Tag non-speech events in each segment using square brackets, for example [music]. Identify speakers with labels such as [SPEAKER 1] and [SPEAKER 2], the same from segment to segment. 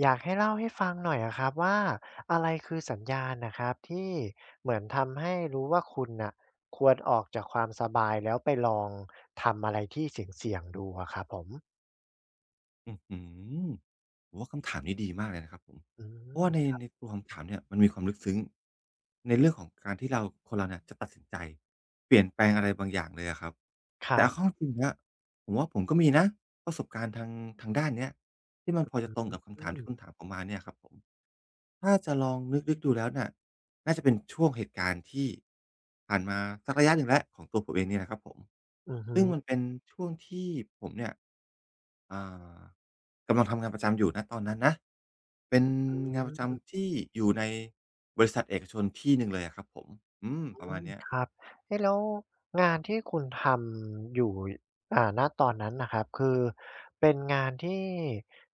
[SPEAKER 1] อยากให้เล่าให้ฟังหน่อยอะครับว่าอะไรคือสัญญาณนะครับที่เหมือนทำให้รู้ว่าคุณน่ะควรออกจากความสบายแล้วไปลองทำอะไรที่เสี่ยงๆดูอะครับผม
[SPEAKER 2] อื้อฮือผมว่าคำถามนี้ดีมากเลยนะครับผม
[SPEAKER 1] อื
[SPEAKER 2] เพราะว่าใน
[SPEAKER 1] ม
[SPEAKER 2] ในตัวคำถามเนี่ยมันมีความลึกซึ้งในเรื่องของการที่เราคนเราเนี่ยจะตัดสินใจเปลี่ยนแปลงอะไรบางอย่างเลยอะครับ
[SPEAKER 1] ค
[SPEAKER 2] แต่
[SPEAKER 1] รั
[SPEAKER 2] เอาเข้า
[SPEAKER 1] บ
[SPEAKER 2] จริงๆแล้วผมว่าผมก็มีนะประสบการณ์ทางด้านเนี้ยที่มันพอจะตรงกับคำ
[SPEAKER 1] อื
[SPEAKER 2] ถามที่
[SPEAKER 1] ม
[SPEAKER 2] คุณถามผมมาเนี่ยครับผมถ้าจะลองนึกๆดูแล้วเนี่ยน่าจะเป็นช่วงเหตุการณ์ที่ผ่านมาสักระยะหนึ่งแล้วของตัวผมเองเนี่ยนะครับผม
[SPEAKER 1] อื
[SPEAKER 2] ซึ่งมันเป็นช่วงที่ผมเนี่ยอ่า กำลังทำงานประจำอยู่ณตอนนั้นนะเป็นงานประ
[SPEAKER 1] ม
[SPEAKER 2] จำที่อยู่ในบริษัทเอกชนที่หนึ่งเลยอะครับผม
[SPEAKER 1] อื
[SPEAKER 2] ประมาณ
[SPEAKER 1] ม
[SPEAKER 2] เนี้ย
[SPEAKER 1] ครับเอ๊ะแล้วงานที่คุณทำอยู่ณตอนนั้นน่ะครับคือเป็นงานที่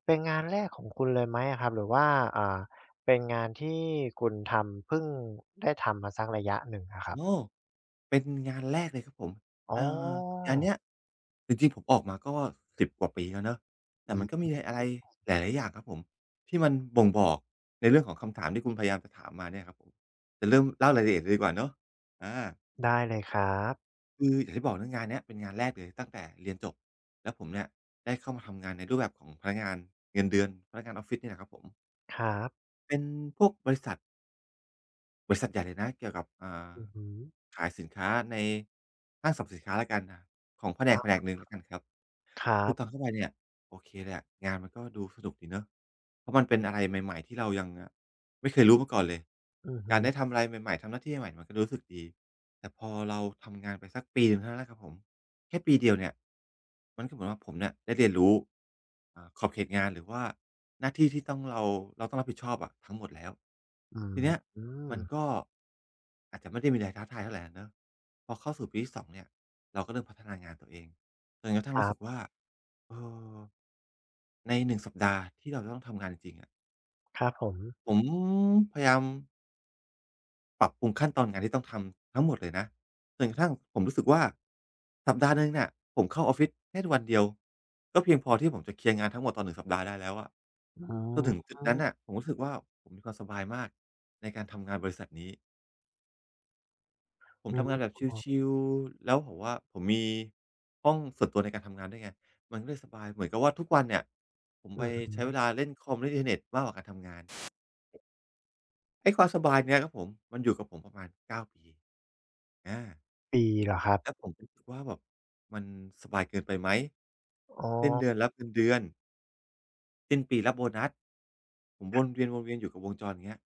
[SPEAKER 1] เป็นงานแรกของคุณเลยไหมอะครับหรือว่าอ่าเป็นงานที่คุณทำเพิ่งได้ทำมาสักระยะหนึ่งอะครับ
[SPEAKER 2] โอ้เป็นงานแรกเลยครับผม
[SPEAKER 1] อ๋
[SPEAKER 2] อ่า
[SPEAKER 1] อ
[SPEAKER 2] งานเนี้ยจริงๆผมออกมาก็สิบกว่าปีแล้วเนาะแต่มันก็
[SPEAKER 1] อืม
[SPEAKER 2] มีอะไรหลายๆอย่างครับผมที่มันบ่งบอกในเรื่องของคำถามที่คุณพยายามจะถามมาเนี่ยครับผมจะเริ่มเล่ารายละเอียดเลยดีกว่าเนาะอา
[SPEAKER 1] ได้เลยครับ
[SPEAKER 2] คืออย่างที่บอกนะงานเนี้ยเป็นงานแรกเลยตั้งแต่เรียนจบแล้วผมเนี่ยได้เข้ามาทำงานในรูปแบบของพนักงานเงินเดือนพนักงานออฟฟิศนี่แหละครับผม
[SPEAKER 1] ครับ
[SPEAKER 2] เป็นพวกบริษัทใหญ่เลยนะเกี่ยวกับ
[SPEAKER 1] อือฮึ
[SPEAKER 2] ขายสินค้าในห้างสรรพสินค้าแล้วกันนะของแผนกแผน
[SPEAKER 1] อ้
[SPEAKER 2] กหนึ่งแล้วกันครับ
[SPEAKER 1] ครั
[SPEAKER 2] คือตอน
[SPEAKER 1] บ
[SPEAKER 2] เข้าไปเนี่ยโอเคแหละงานมันก็ดูสนุกดีเนาะเพราะมันเป็นอะไรใหม่ๆที่เรายังไม่เคยรู้มาก่อนเลย
[SPEAKER 1] อือฮึ
[SPEAKER 2] การได้ทำอะไรใหม่ๆทำหน้าที่ใหม่ๆมันก็รู้สึกดีแต่พอเราทำงานไปสักปีหนึ่งเท่านั้นแหละครับผม แค่ปีเดียวเนี่ยมันก็เหมือนว่าผมเนี่ยได้เรียนรู้ขอบเขตงานหรือว่าหน้าที่ที่ต้องเราต้องรับผิดชอบอะทั้งหมดแล้ว
[SPEAKER 1] อื
[SPEAKER 2] ทีเนี้ย
[SPEAKER 1] ม
[SPEAKER 2] มันก็อาจจะไม่ได้มีอะไรท้าทายเท่าไรอะเนาะพอเข้าสู่ปีที่สองเนี่ยเราก็เริ่มพัฒนางานตัวเองจนกระทั่
[SPEAKER 1] ค
[SPEAKER 2] งรู้
[SPEAKER 1] รั
[SPEAKER 2] สึก
[SPEAKER 1] บ
[SPEAKER 2] ว่าเออในหนึ่งสัปดาห์ที่เราจะต้องทำงานจริงๆอะ
[SPEAKER 1] ครับผม
[SPEAKER 2] ผมพยายาม ปรับปรุงขั้นตอนงานที่ต้องทำทั้งหมดเลยนะจนกระทั่งผมรู้สึกว่าสัปดาห์หนึ่งเนี่ยผมเข้าออฟฟิศแค่วันเดียว ก็เพียงพอที่ผมจะเคลียร์งานทั้งหมดตอนหนึ่อสัปดาห์ได้แล้วอะ
[SPEAKER 1] อื
[SPEAKER 2] จนถึง
[SPEAKER 1] ม
[SPEAKER 2] จุดนั้นน่ะผมรู้สึกว่าผมมีความสบายมากในการทำงานบริษัทนี้ ผม
[SPEAKER 1] อืม
[SPEAKER 2] ทำงานแบบ
[SPEAKER 1] อ๋อ
[SPEAKER 2] ชิลๆแล้วผมว่าผมมีห้องส่วนตัวในการทำงานด้วยไงมันก็เลยสบายเหมือนกับว่าทุกวันเนี่ยผม
[SPEAKER 1] อื
[SPEAKER 2] ไป
[SPEAKER 1] อฮึ
[SPEAKER 2] ใช้เวลาเล่นคอมเล่นอินเทอร์เน็ตมากกว่าการทำงานไอ้ความสบายเนี่ยครับผมมันอยู่กับผมประมาณเก้าปีอา
[SPEAKER 1] ปีเหรอครับ
[SPEAKER 2] แล้วผมก็คิดว่าแบบมันสบายเกินไปไหม
[SPEAKER 1] อ๋อ
[SPEAKER 2] สิ้นเดือนรับเงินเดือนสิ้นปีรับโบนัสผมวนเวียนวนเวียนอยู่กับวงจรเงี้ย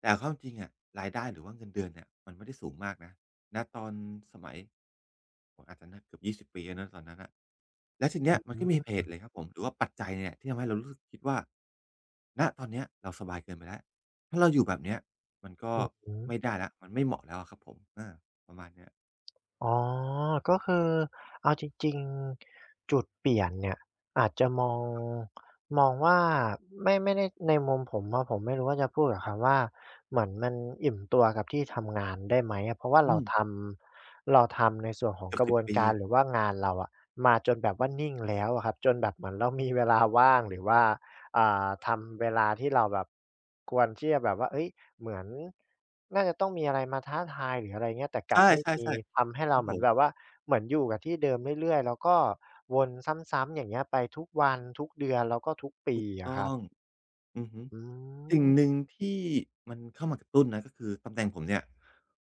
[SPEAKER 2] แต่เอาเข้าจริงๆอะรายได้หรือว่าเงินเดือนเนี่ยมันไม่ได้สูงมากนะณตอนสมัยโอ้โฮอาจจะน่าเกือบ20ปีแล้วนะตอนนั้นน่ะแล้วทีเนี้
[SPEAKER 1] อื
[SPEAKER 2] ยมันก็มีเห
[SPEAKER 1] อ
[SPEAKER 2] ตุเลยครับผมหรือว่าปัจจัยเนี่ยที่ทำให้เรารู้สึกคิดว่าณตอนเนี้ยเราสบายเกินไปแล้วถ้าเราอยู่แบบเนี้ยมันก็
[SPEAKER 1] ฮึ
[SPEAKER 2] ไม่ได้แล้วมันไม่เหมาะแล้วอะครับผมประมาณเนี้ย
[SPEAKER 1] อ๋อ ก็คือเอาจริงๆจุดเปลี่ยนเนี่ยอาจจะมองว่าไม่ได้ในมุมผมอะผมไม่รู้ว่าจะพูดกับคำว่าเหมือนมันอิ่มตัวกับที่ทำงานได้ไหมอะเพราะว่า
[SPEAKER 2] อื
[SPEAKER 1] เรา
[SPEAKER 2] ม
[SPEAKER 1] ทำเราทำในส่วนของ
[SPEAKER 2] เกือ
[SPEAKER 1] ก
[SPEAKER 2] บ
[SPEAKER 1] ระบ
[SPEAKER 2] สิบ
[SPEAKER 1] วน
[SPEAKER 2] ปี
[SPEAKER 1] การหรือว่างานเราอะมาจนแบบว่านิ่งแล้วอะครับจนแบบเหมือนเรามีเวลาว่างหรือว่าทำเวลาที่เราแบบควรที่จะแบบว่าเฮ้ย เหมือนน่าจะต้องมีอะไรมาท้าทายหรืออะไรเงี้ยแต่ก
[SPEAKER 2] ใช
[SPEAKER 1] ลับไม่มี
[SPEAKER 2] ่ๆ
[SPEAKER 1] ทำให้
[SPEAKER 2] ๆค
[SPEAKER 1] เรา
[SPEAKER 2] รับ
[SPEAKER 1] เห
[SPEAKER 2] ผ
[SPEAKER 1] มือน
[SPEAKER 2] ม
[SPEAKER 1] แบบว่าเหมือนอยู่กับที่เดิมเรื่อยๆแล้วก็วนซ้ำๆอย่างเงี้ยไปทุกวันทุกเดือนแล้วก็ทุกปี
[SPEAKER 2] ถูก
[SPEAKER 1] อะค
[SPEAKER 2] ต้
[SPEAKER 1] รั
[SPEAKER 2] อ
[SPEAKER 1] บ
[SPEAKER 2] งอือฮึ
[SPEAKER 1] อื
[SPEAKER 2] สิ่งห
[SPEAKER 1] ม
[SPEAKER 2] นึ่งที่มันเข้ามากระตุ้นนะก็คือตำแหน่งผมเนี่ย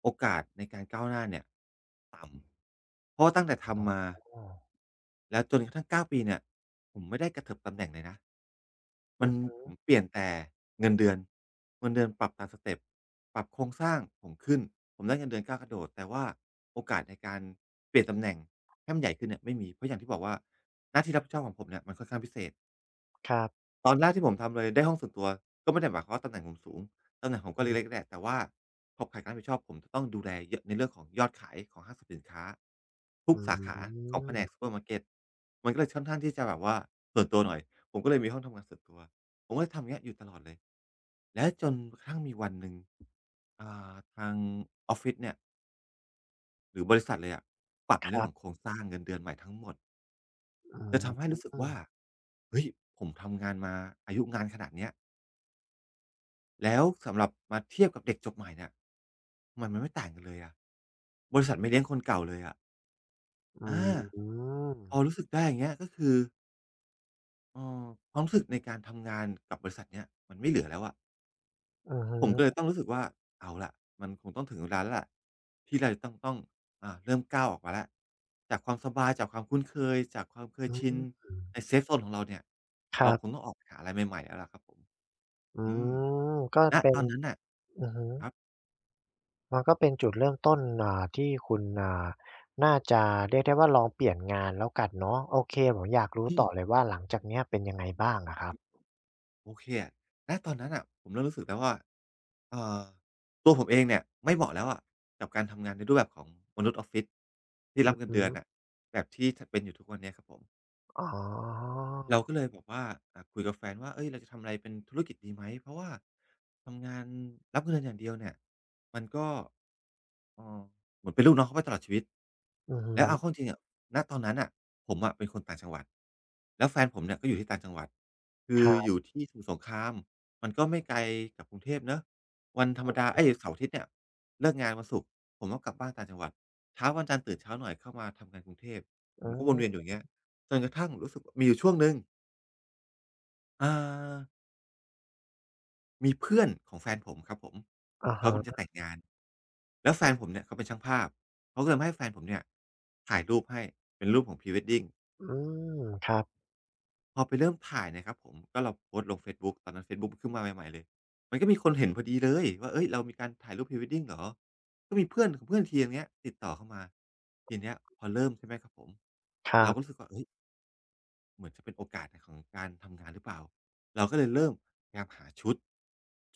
[SPEAKER 2] โอกาสในการก้าวหน้าเนี่ยต่ำเพราะว่าตั้งแต่
[SPEAKER 1] อ๋
[SPEAKER 2] ทำมา
[SPEAKER 1] อ
[SPEAKER 2] แล้วจนกระทั่ง9ปีเนี่ยผมไม่ได้กระเถิบตำแหน่งเลยนะ
[SPEAKER 1] อื
[SPEAKER 2] มัน
[SPEAKER 1] ม
[SPEAKER 2] ผมเปลี่ยนแต่เงินเดือนเงินเดือนปรับตามสเต็ปปรับโครงสร้างผมขึ้นผมได้เงินเดือนก้าวกระโดดแต่ว่าโอกาสในการเปลี่ยนตำแหน่งให้มันใหญ่ขึ้นเนี่ยไม่มีเพราะอย่างที่บอกว่าหน้าที่รับผิดชอบของผมเนี่ยมันค่อนข้างพิเศษ
[SPEAKER 1] ครับ
[SPEAKER 2] ตอนแรกที่ผมทำเลยได้ห้องส่วนตัวก็ไม่ได้หมายความว่าตำแหน่งผมสูงตำแหน่งผ
[SPEAKER 1] อื
[SPEAKER 2] ม
[SPEAKER 1] อ
[SPEAKER 2] ก็เล็
[SPEAKER 1] ฮึ
[SPEAKER 2] กๆแหละแต่ว่าขอบข่ายการรับผิดชอบผมจะต้องดูแลเยอะในเรื่องของยอดขายของห้างสรรพสินค้า
[SPEAKER 1] อ
[SPEAKER 2] ทุกสาขา
[SPEAKER 1] ื
[SPEAKER 2] ของแผนก
[SPEAKER 1] ม
[SPEAKER 2] ซูเปอร์มาร์เก็ตมันก็เลยค่อนข้างที่จะแบบว่าส่วนตัวหน่อยผมก็เลยมีห้องทำงานส่วนตัวผมก็เลยทำอย่างเงี้ยอยู่ตลอดเลยแล้วจนกระทั่งมีวันหนึ่งทางออฟฟิศเนี่ยหรือบริษัทเลยอะปรับใน
[SPEAKER 1] ค
[SPEAKER 2] เรื่อ
[SPEAKER 1] รั
[SPEAKER 2] งของโค
[SPEAKER 1] บ
[SPEAKER 2] รงสร้างเงินเดือนใหม่ทั้งหมด
[SPEAKER 1] อื
[SPEAKER 2] เลย
[SPEAKER 1] ม
[SPEAKER 2] ทำให้รู้สึก
[SPEAKER 1] อืม
[SPEAKER 2] ว่าเฮ้ยผมทำงานมาอายุงานขนาดเนี้ย แล้วสำหรับมาเทียบกับเด็กจบใหม่เนี่ยมันไม่ต่างกันเลยอะบริษัทไม่เลี้ยงคนเก่าเลยอะ
[SPEAKER 1] อ
[SPEAKER 2] อา
[SPEAKER 1] ื
[SPEAKER 2] พอรู้สึกได้อย่างเงี้ยก็คือเอ่อความรู้สึกในการทำงานกับบริษัทเนี้ยมันไม่เหลือแล้วอะ
[SPEAKER 1] อฮึ
[SPEAKER 2] ผมก็เลยต้องรู้สึกว่าเอาล่ะมันคงต้องถึงเวลาแล้วล่ะที่เราจะต้องเริ่มก้าวออกมาแล้วจากความสบายจากความคุ้นเคยจากความเคย
[SPEAKER 1] อื
[SPEAKER 2] ชิน
[SPEAKER 1] ม
[SPEAKER 2] ในเซฟโซนของเราเนี่ย
[SPEAKER 1] ค
[SPEAKER 2] เรา
[SPEAKER 1] รั
[SPEAKER 2] คง
[SPEAKER 1] บ
[SPEAKER 2] ต้องออกไปหาอะไรใหม่ๆแล้วล่ะครับผม
[SPEAKER 1] อื
[SPEAKER 2] อืม
[SPEAKER 1] มก็
[SPEAKER 2] ณ
[SPEAKER 1] เป็
[SPEAKER 2] ต
[SPEAKER 1] น
[SPEAKER 2] อนนั้นน่ะ
[SPEAKER 1] อือฮึ
[SPEAKER 2] ครับ
[SPEAKER 1] มันก็เป็นจุดเริ่มต้นที่คุณน่าจะเรียกได้ว่าลองเปลี่ยนงานแล้วกันเนาะโอเคผมอยากรู้
[SPEAKER 2] อื
[SPEAKER 1] ต่อ
[SPEAKER 2] ม
[SPEAKER 1] เลยว่าหลังจากเนี้ยเป็นยังไงบ้างอะครับ
[SPEAKER 2] โอเคอะณตอนนั้นน่ะผมเริ่มรู้สึกแล้วว่าเอ่อตัวผมเองเนี่ยไม่เหมาะแล้วอะกับการทำงานในรูปแบบของมนุษย์ออฟฟิศที่
[SPEAKER 1] อื
[SPEAKER 2] รับ
[SPEAKER 1] อ
[SPEAKER 2] เงินเดือน
[SPEAKER 1] ฮึ
[SPEAKER 2] อะแบบที่ทเป็นอยู่ทุกวันเนี้ยครับผม
[SPEAKER 1] อ๋อ
[SPEAKER 2] เราก็เลยแบบว่าคุยกับแฟนว่าเฮ้ยเราจะทำอะไรเป็นธุรกิจดีไหมเพราะว่าทำงานรับเงินเดือนอย่างเดียวเนี่ยมันก็เอ่อเหมือนเป็นลูกน้องเขาไปตลอดชีวิต
[SPEAKER 1] อือฮึ
[SPEAKER 2] แล้วเอาเข้าจริงๆอะณตอนนั้นน่ะผมอะเป็นคนต่างจังหวัดแล้วแฟนผมเนี่ยก็อยู่ที่ต่างจังหวัดคื
[SPEAKER 1] ค
[SPEAKER 2] อ
[SPEAKER 1] รั
[SPEAKER 2] อยู่
[SPEAKER 1] บ
[SPEAKER 2] ที่สมุทรสงครามมันก็ไม่ไกลกับกรุงเทพเนาะวันธรรมดาเอ๊ยเสาร์อาทิตย์เนี่ยเลิกงานวันศุกร์ผมก็กลับบ้านต่างจังหวัดเช้าวันจันทร์ตื่นเช้าหน่อยเข้ามาทำงานกรุงเทพ
[SPEAKER 1] อื
[SPEAKER 2] ผมก็วนเวียนอยู่อ
[SPEAKER 1] ม
[SPEAKER 2] ย่างเงี้ยจนกระทั่งรู้สึกมีอยู่ช่วงหนึ่ง เอ่อมีเพื่อนของแฟนผมครับผม
[SPEAKER 1] อะ
[SPEAKER 2] เขากำลังจะ
[SPEAKER 1] ฮะ
[SPEAKER 2] แต่งงานแล้วแฟนผมเนี่ยเขาเป็นช่างภาพเขาก็เลยมาให้แฟนผมเนี่ยถ่ายรูปให้เป็นรูปของ Pre-wedding
[SPEAKER 1] อืมครับ
[SPEAKER 2] พอไปเริ่มถ่ายนะครับผมก็เราโพสต์ลงเฟซบุ๊กตอนนั้นเฟซบุ๊กขึ้นมาใหม่ๆเลยมันก็มีคนเห็นพอดีเลยว่าเฮ้ยเรามีการถ่ายรูป Pre-wedding เหรอก็มีเพื่อนของเพื่อนทีมเนี้ยติดต่อเข้ามาทีเนี้ยพอเริ่มใช่ไหมครับผม
[SPEAKER 1] ครั
[SPEAKER 2] เรา
[SPEAKER 1] บ
[SPEAKER 2] ก็รู้สึกว่าเฮ้ย เหมือนจะเป็นโอกาสของการทำงานหรือเปล่า เราก็เลยเริ่มพยายามหาชุด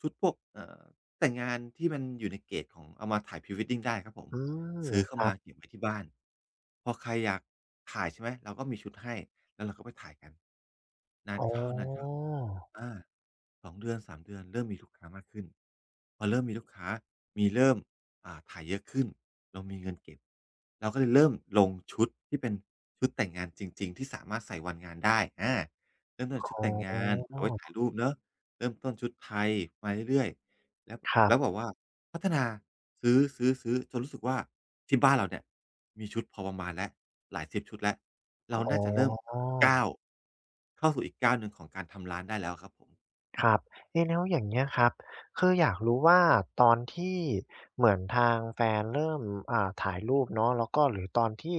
[SPEAKER 2] ชุดพวกแต่งงานที่มันอยู่ในเกจของเอามาถ่าย Pre-wedding ได้ครับผม
[SPEAKER 1] อืม
[SPEAKER 2] ซื้อ
[SPEAKER 1] ค
[SPEAKER 2] เข้า
[SPEAKER 1] รั
[SPEAKER 2] มา
[SPEAKER 1] บ
[SPEAKER 2] เก็บไว้ที่บ้านพอใครอยากถ่ายใช่ไหมเราก็มีชุดให้แล้วเราก็ไปถ่ายกันนาน
[SPEAKER 1] อ๋
[SPEAKER 2] ๆเข้า
[SPEAKER 1] อ
[SPEAKER 2] อา2เดือนสามเดือนเริ่มมีลูกค้ามากขึ้นพอเริ่มมีลูกค้าเริ่มถ่ายเยอะขึ้นเรามีเงินเก็บเราก็เลยเริ่มลงชุดที่เป็นชุดแต่งงานจริงๆที่สามารถใส่วันงานได้อาเริ่มต้นจากชุด
[SPEAKER 1] อ๋อ
[SPEAKER 2] แต่งงานเอาไว้ถ่ายรูปเนาะเริ่มต้นชุดไทยมาเรื่อยๆ แล้ว
[SPEAKER 1] ครั
[SPEAKER 2] แล้วแบ
[SPEAKER 1] บ
[SPEAKER 2] บว่าพัฒนาซื้อจนรู้สึกว่าที่บ้านเราเนี่ยมีชุดพอประมาณแล้วหลายสิบชุดแล้วเรา
[SPEAKER 1] อ๋
[SPEAKER 2] น่า
[SPEAKER 1] อ
[SPEAKER 2] จะเริ่มก้าวเข้าสู่อีกก้าวหนึ่งของการทำร้านได้แล้วครับผม
[SPEAKER 1] ครับเอ๊ะแล้วอย่างเงี้ยครับคืออยากรู้ว่าตอนที่เหมือนทางแฟนเริ่มถ่ายรูปเนาะแล้วก็หรือตอนที่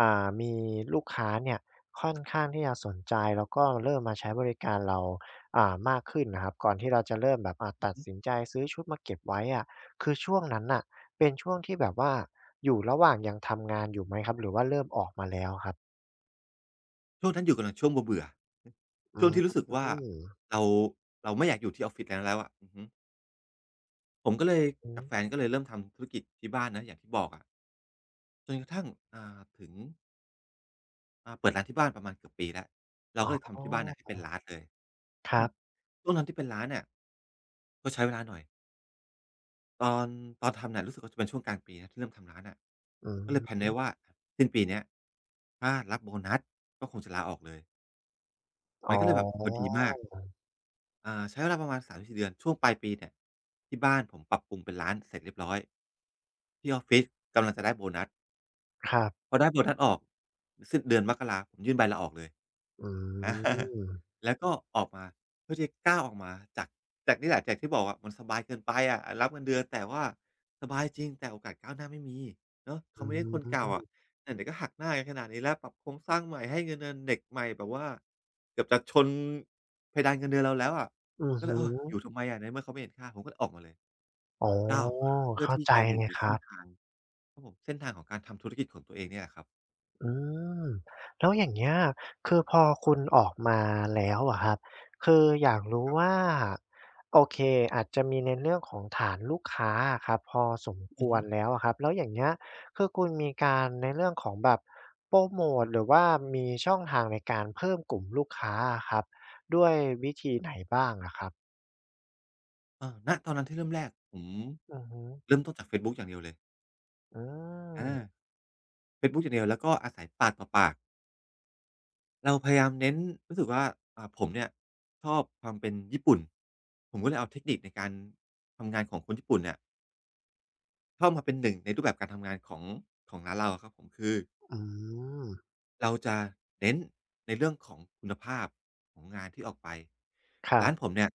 [SPEAKER 1] มีลูกค้าเนี่ยค่อนข้างที่จะสนใจแล้วก็เริ่มมาใช้บริการเรามากขึ้นน่ะครับก่อนที่เราจะเริ่มแบบ
[SPEAKER 2] อือ
[SPEAKER 1] ตัด
[SPEAKER 2] ฮึ
[SPEAKER 1] สินใจซื้อชุดมาเก็บไว้อะคือช่วงนั้นน่ะเป็นช่วงที่แบบว่าอยู่ระหว่างยังทำงานอยู่ไหมครับหรือว่าเริ่มออกมาแล้วครับ
[SPEAKER 2] ช่วงนั้นอยู่กำลังช่วงเบื่อๆอือ
[SPEAKER 1] อื
[SPEAKER 2] ช่วงที่
[SPEAKER 1] ม
[SPEAKER 2] รู้สึกว่าเราเราไม่อยากอยู่ที่ออฟฟิศนั้นแล้วอะอือฮึผมก็เลย
[SPEAKER 1] อื
[SPEAKER 2] กั
[SPEAKER 1] อ
[SPEAKER 2] บแฟนก็เลยเริ่มทำธุรกิจที่บ้านนะอย่างที่บอกอะจนกระทั่งถึงเปิดร้านที่บ้านประมาณเกือบปีแล้วเรา
[SPEAKER 1] อ๋
[SPEAKER 2] ก็เลย
[SPEAKER 1] อ
[SPEAKER 2] ทำที่บ้านน่ะให้เป็นร้านเลย
[SPEAKER 1] ค
[SPEAKER 2] อื
[SPEAKER 1] รั
[SPEAKER 2] ม
[SPEAKER 1] บ
[SPEAKER 2] ช่วงนั้นที่เป็นร้านเนี่ะก็ใช้เวลาหน่อยตอนตอนทำเน่ยรู้สึกว่าจะเป็นช่วงกลางปีนะที่เริ่มทำร้านน่ะ
[SPEAKER 1] อื
[SPEAKER 2] ก็เลยแพลน
[SPEAKER 1] ม
[SPEAKER 2] ไว้ว่าสิ้นปีเนี้ยถ้ารับโบนัสก็คงจะลาออกเลย
[SPEAKER 1] อ๋
[SPEAKER 2] มันก็เลยแบบพอดี
[SPEAKER 1] อ
[SPEAKER 2] มากใช้เวลาประมาณสามถึงสี่เดือนช่วงปลายปีเนี่ยที่บ้านผมปรับปรุงเป็นร้านเสร็จเรียบร้อยที่ออฟฟิศกำลังจะได้โบนัส
[SPEAKER 1] ครั
[SPEAKER 2] พ
[SPEAKER 1] บ
[SPEAKER 2] อได้โบนัสออกสิ้นเดือนมกราผมยื่นใบลาออกเลย
[SPEAKER 1] อื
[SPEAKER 2] อา [laughs]
[SPEAKER 1] ม
[SPEAKER 2] แล้วก็ออกมาเพื่อที่จะก้าวออกมาจากจากนี่แหละจากที่บอกอะมันสบายเกินไปอะรับเงินเดือนแต่ว่าสบายจริงแต่โอกาสก้าวหน้าไม่มีเนาะเขา
[SPEAKER 1] อื
[SPEAKER 2] ไม่เน้นคนเก่าอะ
[SPEAKER 1] ม
[SPEAKER 2] แต่ไหนๆก็หักหน้ากันขนาดนี้แล้วปรับโครงสร้างใหม่ให้เงินเดือนเด็กใหม่แบบว่าเกือบจะชนเพดานเงินเดือนเราแล้วอะ
[SPEAKER 1] อือ
[SPEAKER 2] ก็เล
[SPEAKER 1] ฮึ
[SPEAKER 2] ยเอออยู่ทำไมอะในเมื่อเขาไม่เห็นค่าผมก็เลยออกมาเลย
[SPEAKER 1] อ๋อ
[SPEAKER 2] ก้าวออกมาเพื่อ
[SPEAKER 1] เข้า
[SPEAKER 2] ที่
[SPEAKER 1] ใจ
[SPEAKER 2] จะอ
[SPEAKER 1] เล
[SPEAKER 2] ยู่
[SPEAKER 1] ย
[SPEAKER 2] ใน
[SPEAKER 1] ครั
[SPEAKER 2] เส้น
[SPEAKER 1] บ
[SPEAKER 2] ทางครับผมเส้นทางของการทำธุรกิจของตัวเองเนี่ยแหละครับ
[SPEAKER 1] อืมแล้วอย่างเงี้ยคือพอคุณออกมาแล้วอะครับ คืออยากรู้ว่าโอเคอาจจะมีในเรื่องของฐานลูกค้าอะครับพอสมค
[SPEAKER 2] อือ
[SPEAKER 1] ว
[SPEAKER 2] ฮึ
[SPEAKER 1] รแล้วอะครับแล้วอย่างเงี้ยคือคุณมีการในเรื่องของแบบโพรโมตหรือว่ามีช่องทางในการเพิ่มกลุ่มลูกค้าอะครับด้วยวิธีไหนบ้างอะครับ
[SPEAKER 2] เออณตอนนั้นที่เริ่มแรกผม
[SPEAKER 1] อือฮึ
[SPEAKER 2] เริ่มต้นจากเฟซบุ๊กอย่างเดียวเลย
[SPEAKER 1] อืม
[SPEAKER 2] อาเฟซบุ๊กอย่างเดียวแล้วก็อาศัยปากต่อปากเราพยายามเน้นรู้สึกว่าผมเนี่ยชอบความเป็นญี่ปุ่นผมก็เลยเอาเทคนิคในการทำงานของคนญี่ปุ่นเนี่ยเข้ามาเป็นหนึ่งในรูปแบบการทำงานของร้านเราอะครับผมคือ
[SPEAKER 1] อืม
[SPEAKER 2] เราจะเน้นในเรื่องของคุณภาพของงานที่ออกไป
[SPEAKER 1] ครั
[SPEAKER 2] ร้านผ
[SPEAKER 1] บ
[SPEAKER 2] มเนี่ย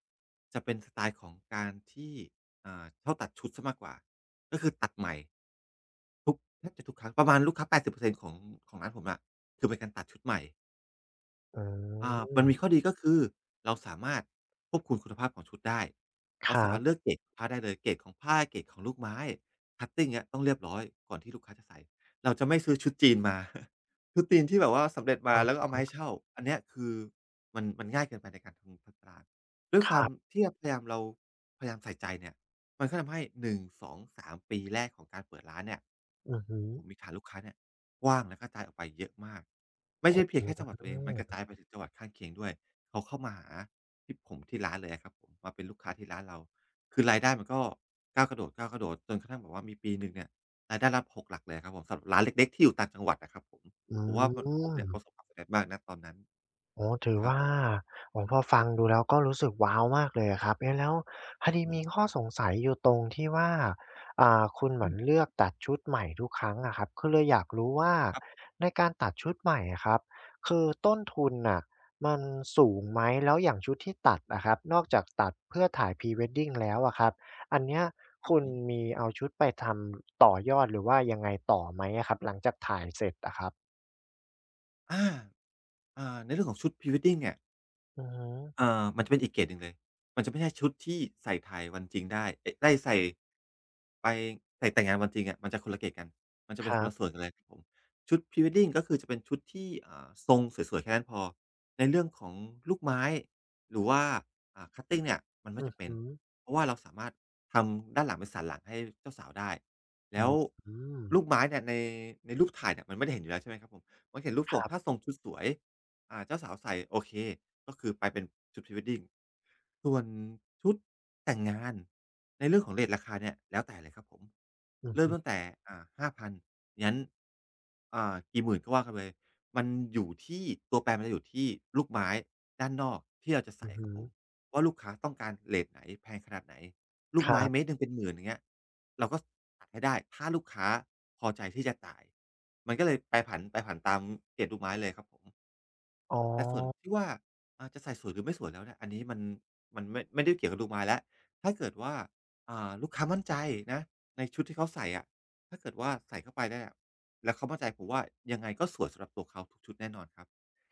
[SPEAKER 2] จะเป็นสไตล์ของการที่ชอบตัดชุดเสียมากกว่าก็คือตัดใหม่ ทุกแทบจะทุกครั้งประมาณลูกค้า80%ของของร้านผมอะคือเป็นการตัดชุดใหม่
[SPEAKER 1] อื
[SPEAKER 2] มันมีข้อ
[SPEAKER 1] ม
[SPEAKER 2] ดีก็คือเราสามารถควบคุมคุณภาพของชุดได้
[SPEAKER 1] ค
[SPEAKER 2] เรา
[SPEAKER 1] รั
[SPEAKER 2] สามารถเลือก
[SPEAKER 1] บ
[SPEAKER 2] เกรดของผ้าได้เลยเกรดของผ้าเกรดของลูกไม้คัตติ้เงี่ยต้องเรียบร้อยก่อนที่ลูกค้าจะใส่เราจะไม่ซื้อชุดจีนมา [laughs] ชุดจีนที่แบบว่าสำเร็จ
[SPEAKER 1] ค
[SPEAKER 2] มาแล้วก็
[SPEAKER 1] รับ
[SPEAKER 2] เอามาให้เช่าอันเนี้ยคือมันง่ายเกินไปในการทำตลาดด้วย
[SPEAKER 1] ค
[SPEAKER 2] ควา
[SPEAKER 1] รั
[SPEAKER 2] ม
[SPEAKER 1] บ
[SPEAKER 2] ที่พยายามเราพยายามใส่ใจเนี่ยมันก็ทำให้หนึ่งสองสามปีแรกของการเปิดร้านเนี่ย
[SPEAKER 1] อือฮึ
[SPEAKER 2] ผมมีฐานลูกค้าเนี่ย กว้างและกระจายออกไปเยอะมากไม่ใช่เพีย
[SPEAKER 1] อื
[SPEAKER 2] งแค่จังหวัดตัวเองมันกระ
[SPEAKER 1] ม
[SPEAKER 2] จายไปถึงจังหวัดข้างเคียงด้วยเขาเข้ามาหาที่ผมที่ร้านเลยอะครับผมมาเป็นลูกค้าที่ร้านเราคือรายได้มันก็ก้าวกระโดดก้าวกระโดดจนกระทั่งแบบว่ามีปีหนึ่งเนี่ยรายได้รับกหลักเลยอะครับผมสำหรับร้านเล็กๆที่อยู่ต่างจังหวัดอะครับผม
[SPEAKER 1] อื
[SPEAKER 2] ผมว่ามันผมเนี่
[SPEAKER 1] ม
[SPEAKER 2] ยประสบความสำเร็จมากณตอนนั้น
[SPEAKER 1] โอ้ถือ
[SPEAKER 2] ครับ
[SPEAKER 1] ว่าโอ้โฮพอฟังดูแล้วก็รู้สึกว้าวมากเลยอะครับเอ๊ะแล้วพอ
[SPEAKER 2] ครับ
[SPEAKER 1] ดี
[SPEAKER 2] ผม
[SPEAKER 1] มีข้อสงสัยอยู่ตรงที่ว่าคุณเห
[SPEAKER 2] อื
[SPEAKER 1] มือน
[SPEAKER 2] ม
[SPEAKER 1] เลือกตัดชุดใหม่ทุกครั้งอะครับคือเลยอยากรู้ว่า
[SPEAKER 2] ครับ
[SPEAKER 1] ในการตัดชุดใหม่อะครับคือต้นทุนน่ะมันสูงไหมแล้วอย่างชุดที่ตัดอะครับนอกจากตัดเพื่อถ่ายพ r e w e d d i แล้วอะครับอันเนี้ย
[SPEAKER 2] ครับ
[SPEAKER 1] คุ
[SPEAKER 2] ผ
[SPEAKER 1] ณ
[SPEAKER 2] ม
[SPEAKER 1] มีเอาชุดไปทำต่อยอดหรือว่ายังไงต่อไหมอะครับหลังจากถ่ายเสร็จอะครับ
[SPEAKER 2] อาอ่าในเรื่องของชุด Pre-wedding เนี่ย
[SPEAKER 1] อือฮึ
[SPEAKER 2] มันจะเป็นอีกเกรดหนึ่งเลย มันจะไม่ใช่ชุดที่ใส่ถ่ายวันจริงได้เอ๊ะได้ใส่ไปใส่แต่งงานวันจริงอะมันจะคนละเกรดกันมันจะ
[SPEAKER 1] ค
[SPEAKER 2] เป็นค
[SPEAKER 1] รั
[SPEAKER 2] นละส่ว
[SPEAKER 1] บ
[SPEAKER 2] นกันเลยครับผมชุด Pre-wedding ก็คือจะเป็นชุดที่ทรงสวยๆแค่นั้นพอในเรื่องของลูกไม้หรือว่าcutting เนี่ยมันไม่
[SPEAKER 1] อือ
[SPEAKER 2] จำเป็น
[SPEAKER 1] ฮึ
[SPEAKER 2] เพราะว่าเราสามารถทำด้านหลังเป็นสันหลังให้เจ้าสาวได้
[SPEAKER 1] อื
[SPEAKER 2] แล้ว
[SPEAKER 1] มอืม
[SPEAKER 2] ลูกไม้เนี่ยในในรูปถ่ายเนี่ยมันไม่ได้เห็นอยู่แล้วใช่ไหมครับผมมันจะเห็นรูป
[SPEAKER 1] ค
[SPEAKER 2] ทรง
[SPEAKER 1] รั
[SPEAKER 2] ถ้าท
[SPEAKER 1] บ
[SPEAKER 2] รงชุดสวย เจ้าสาวใส่โอเคก็คือไปเป็นชุด Pre-wedding ส่วนชุดแต่งงานในเรื่องของเรตราคาเนี่ยแล้วแต่เลยครับผม
[SPEAKER 1] อือ
[SPEAKER 2] เริ่ม
[SPEAKER 1] ฮึ
[SPEAKER 2] ตั้งแต่5,000ยันกี่หมื่นก็ว่ากันไปเลยมันอยู่ที่ตัวแปรมันจะอยู่ที่ลูกไม้ด้านนอกที่เราจะ
[SPEAKER 1] อื
[SPEAKER 2] ใส่
[SPEAKER 1] อ
[SPEAKER 2] ค
[SPEAKER 1] ฮึ
[SPEAKER 2] รับผมว่าลูกค้าต้องการเรตไหนแพงขนาดไหนลู
[SPEAKER 1] ค
[SPEAKER 2] ก
[SPEAKER 1] รั
[SPEAKER 2] ไม้เมตร
[SPEAKER 1] บ
[SPEAKER 2] หนึ่งเป็นหมื่นอย่างเงี้ยเราก็ตัดให้ได้ถ้าลูกค้าพอใจที่จะจ่ายมันก็เลยแปรผันแปรผันตามเกรดลูกไม้เลยครับผม
[SPEAKER 1] อ๋อ
[SPEAKER 2] แต่ส่วนที่ว่าจะใส่สวยหรือไม่สวยแล้วเนี่ยอันนี้มันมันไม่ได้เกี่ยวกับลูกไม้แล้วถ้าเกิดว่าลูกค้ามั่นใจนะในชุดที่เขาใส่อะถ้าเกิดว่าใส่เข้าไปเนี่ยแล้วเขามั่นใจผมว่ายังไงก็สวยสำหรับตัวเขาทุกชุดแน่นอนครับ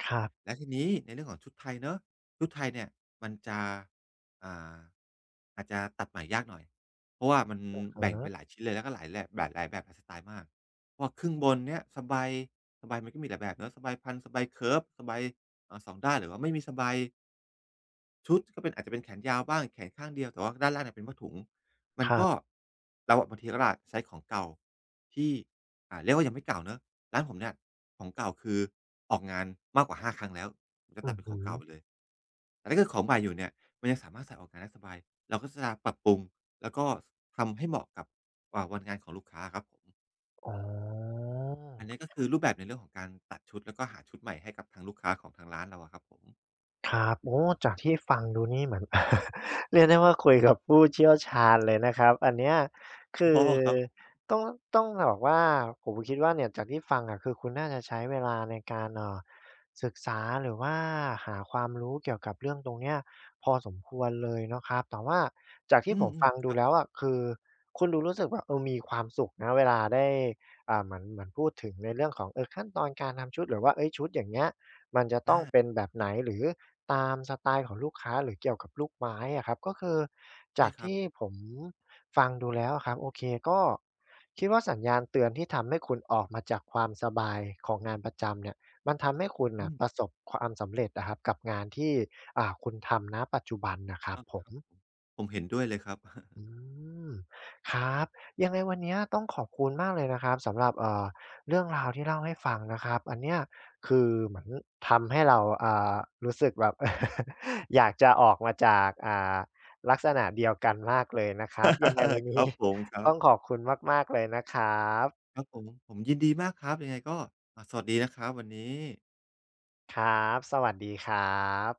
[SPEAKER 1] ครับ
[SPEAKER 2] และทีนี้ในเรื่องของชุดไทยเนาะชุดไทยเนี่ยมันจะอ่าอาจจะตัดใหม่ยากหน่อยเพราะว่ามัน
[SPEAKER 1] อือ
[SPEAKER 2] แบ่ง
[SPEAKER 1] ฮึ
[SPEAKER 2] เป็นหลายชิ้นเลยแล้วก็หลายแบบหลายแบบหลายสไตล์มากเพราะว่าครึ่งบนเนี่ยสบายสบายมันก็มีหลายแบบเนาะสบายพันสบายเคิร์ฟสบาย เอ่า2ด้านหรือว่าไม่มีสบายชุดก็เป็นอาจจะเป็นแขนยาวบ้างแขนข้างเดียวแต่ว่าด้านล่างเนี่ยเป็นผ้าถุงมัน
[SPEAKER 1] ครั
[SPEAKER 2] ก็
[SPEAKER 1] บ
[SPEAKER 2] เราอะบางทีก็อาจใช้ของเก่าที่เรียกว่ายังไม่เก่าเนาะร้านผมเนี่ยของเก่าคือออกงานมากกว่าห้าครั้งแล้วผมจะ
[SPEAKER 1] อื
[SPEAKER 2] ตัด
[SPEAKER 1] อ
[SPEAKER 2] เป็นข
[SPEAKER 1] ฮึ
[SPEAKER 2] องเก่าไปเลยแต่ถ้าเกิดของใหม่อยู่เนี่ยมันยังสามารถใส่ออกงานได้สบายเราก็จะปรับปรุงแล้วก็ทำให้เหมาะกับวันงานของลูกค้าอะครับผม
[SPEAKER 1] อ๋อ
[SPEAKER 2] อันนี้ก็คือรูปแบบในเรื่องของการตัดชุดแล้วก็หาชุดใหม่ให้กับทางลูกค้าของทางร้านเราอะครับผม
[SPEAKER 1] ครับโอ้จากที่ฟังดูนี่เหมือน [laughs] เรียกได้ว่าคุยกับผู้เชี่ยวชาญเลยนะครับอันเนี้ยคื
[SPEAKER 2] [laughs] อ้
[SPEAKER 1] อ
[SPEAKER 2] อครับ
[SPEAKER 1] ต้องต้องบอกว่าผมคิดว่าเนี่ยจากที่ฟังอะคือคุณน่าจะใช้เวลาในการศึกษาหรือว่าหาความรู้เกี่ยวกับเรื่องตรงเนี้ยพอสมควรเลยเนาะครับแต่ว่าจาก
[SPEAKER 2] อื
[SPEAKER 1] ที่ผ
[SPEAKER 2] ม
[SPEAKER 1] มฟัง
[SPEAKER 2] ๆค
[SPEAKER 1] ดู
[SPEAKER 2] รับ
[SPEAKER 1] แล้วอะคือคุณดูรู้สึกว่าเออมีความสุขนะเวลาได้เหมือนพูดถึงในเรื่องของเออขั้นตอนการทำชุดหรือว่าเฮ้ยชุดอย่างเงี้ยมันจะต้อ
[SPEAKER 2] อา
[SPEAKER 1] งเป็นแบบไห
[SPEAKER 2] อื
[SPEAKER 1] น
[SPEAKER 2] ม
[SPEAKER 1] หรือ ตามสไตล์ของลูกค้าหรือเกี่ยวกับลูกไม้อะครับก็คือจา
[SPEAKER 2] ใช่
[SPEAKER 1] ก
[SPEAKER 2] ครับ
[SPEAKER 1] ที่ผมฟังดูแล้วอะครับโอเคก็คิดว่าสัญญาณเตือนที่ทำให้คุณออกมาจากความสบายของงานประจำเนี่ยมันทำให้คุณ
[SPEAKER 2] อื
[SPEAKER 1] น่ะประ
[SPEAKER 2] ม
[SPEAKER 1] สบความสำเร็จอะครับกับงานที่คุณทำณปัจจุบันน่ะครับ
[SPEAKER 2] อา
[SPEAKER 1] ผม
[SPEAKER 2] ผมเห็นด้วยเลยครับ
[SPEAKER 1] อืมครับยังไงวันเนี้ยต้องขอบคุณมากเลยนะครับสำหรับเรื่องราวที่เล่าให้ฟังนะครับอันเนี้ยคือเหมือนทำให้เราอ่ารู้สึกแบบ [laughs] อยากจะออกมาจากลักษณะเดียวกันมากเลยนะครับยังไงวัน
[SPEAKER 2] [laughs] ค
[SPEAKER 1] นี้
[SPEAKER 2] รับผมค
[SPEAKER 1] [laughs]
[SPEAKER 2] รั
[SPEAKER 1] ต้องข
[SPEAKER 2] บ
[SPEAKER 1] อบคุณมากๆเลยนะครับ
[SPEAKER 2] ครับผมผมยินดีมากครับยังไงก็สวัสดีนะครับวันนี้
[SPEAKER 1] ครับสวัสดีครับ